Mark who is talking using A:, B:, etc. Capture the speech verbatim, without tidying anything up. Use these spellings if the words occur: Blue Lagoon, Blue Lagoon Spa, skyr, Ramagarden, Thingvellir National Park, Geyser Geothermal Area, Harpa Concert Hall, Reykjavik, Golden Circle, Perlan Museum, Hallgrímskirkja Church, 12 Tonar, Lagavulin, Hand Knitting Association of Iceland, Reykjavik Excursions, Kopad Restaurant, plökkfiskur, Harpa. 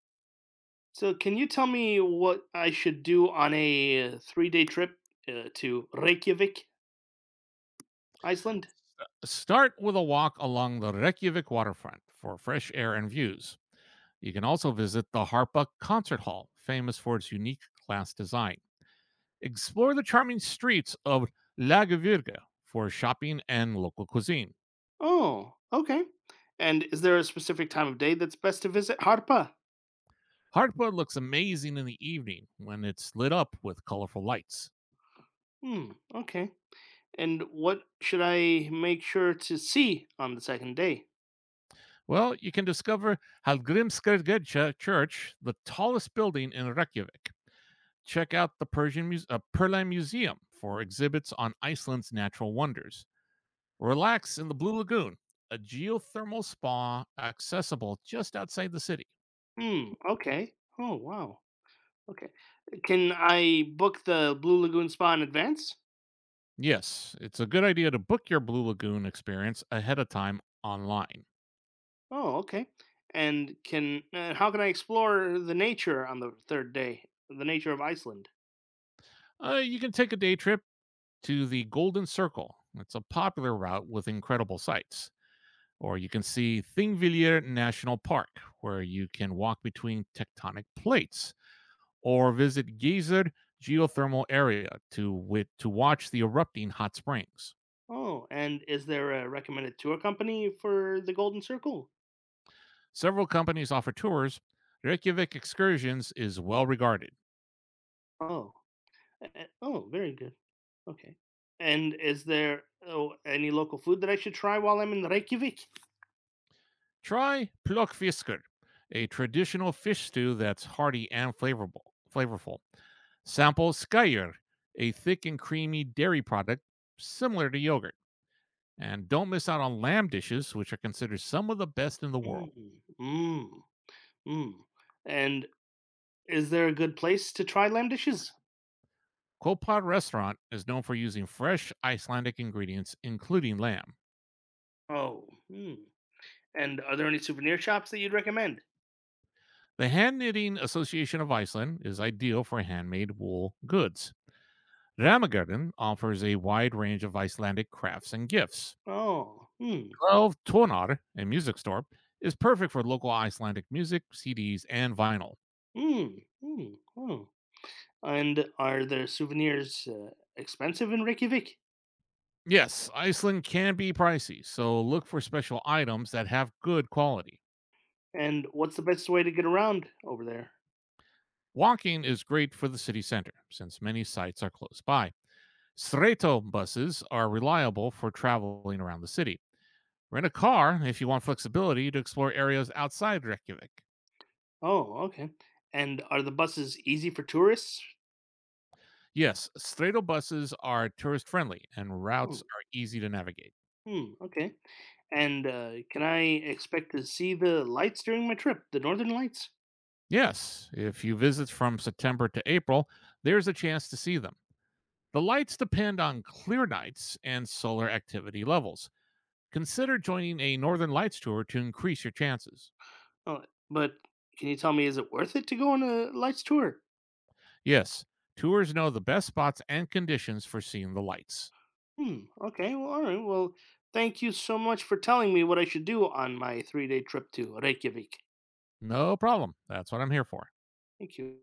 A: So, can you tell me what I should do on a three day trip uh, to Reykjavik, Iceland?
B: Start with a walk along the Reykjavik waterfront for fresh air and views. You can also visit the Harpa Concert Hall, famous for its unique glass design. Explore the charming streets of Lagavulin for shopping and local cuisine.
A: Oh, okay. And is there a specific time of day that's best to visit Harpa?
B: Harpa looks amazing in the evening when it's lit up with colorful lights.
A: Hmm, okay. And what should I make sure to see on the second day?
B: Well, you can discover Hallgrímskirkja Church, the tallest building in Reykjavik. Check out the Persian Muse- uh, Perlan Museum for exhibits on Iceland's natural wonders. Relax in the Blue Lagoon, a geothermal spa accessible just outside the city.
A: Hmm, okay. Oh, wow. Okay. Can I book the Blue Lagoon Spa in advance?
B: Yes, it's a good idea to book your Blue Lagoon experience ahead of time online.
A: Oh, okay. And can uh, how can I explore the nature on the third day? The nature of Iceland?
B: Uh, you can take a day trip to the Golden Circle. It's a popular route with incredible sights. Or you can see Thingvellir National Park, where you can walk between tectonic plates. Or visit Geyser Geothermal Area to, wit- to watch the erupting hot springs.
A: Oh, and is there a recommended tour company for the Golden Circle?
B: Several companies offer tours. Reykjavik Excursions is well regarded.
A: Oh, eh, eh, oh, very good. Okay. And is there oh, any local food that I should try while I'm in Reykjavik?
B: Try plökkfiskur, a traditional fish stew that's hearty and flavorful. flavorful. Sample skyr, a thick and creamy dairy product similar to yogurt. And don't miss out on lamb dishes, which are considered some of the best in the
A: Mm,
B: world.
A: mm, mm. And is there a good place to try lamb dishes?
B: Kopad Restaurant is known for using fresh Icelandic ingredients, including lamb.
A: Oh, mm. And are there any souvenir shops that you'd recommend?
B: The Hand Knitting Association of Iceland is ideal for handmade wool goods. Ramagarden offers a wide range of Icelandic crafts and gifts.
A: Oh, mm,
B: twelve Tonar, a music store, is perfect for local Icelandic music, C Ds, and vinyl.
A: mm, mm, oh. And are the souvenirs uh, expensive in Reykjavik?
B: Yes, Iceland can be pricey, so look for special items that have good quality.
A: And what's the best way to get around over there?
B: Walking is great for the city center, since many sites are close by. Sreto buses are reliable for traveling around the city. Rent a car if you want flexibility to explore areas outside Reykjavik.
A: Oh, okay. And are the buses easy for tourists?
B: Yes, Strato buses are tourist friendly and
A: Hmm.
B: routes are easy to navigate.
A: Hmm. Okay. And uh, can I expect to see the lights during my trip, the Northern Lights?
B: Yes, if you visit from September to April, there's a chance to see them. The lights depend on clear nights and solar activity levels. Consider joining a Northern Lights tour to increase your chances.
A: Oh, but can you tell me, is it worth it to go on a lights tour?
B: Yes, tours know the best spots and conditions for seeing the lights.
A: Hmm. Okay. Well, all right. Well, thank you so much for telling me what I should do on my three-day trip to Reykjavik.
B: No problem. That's what I'm here for.
A: Thank you.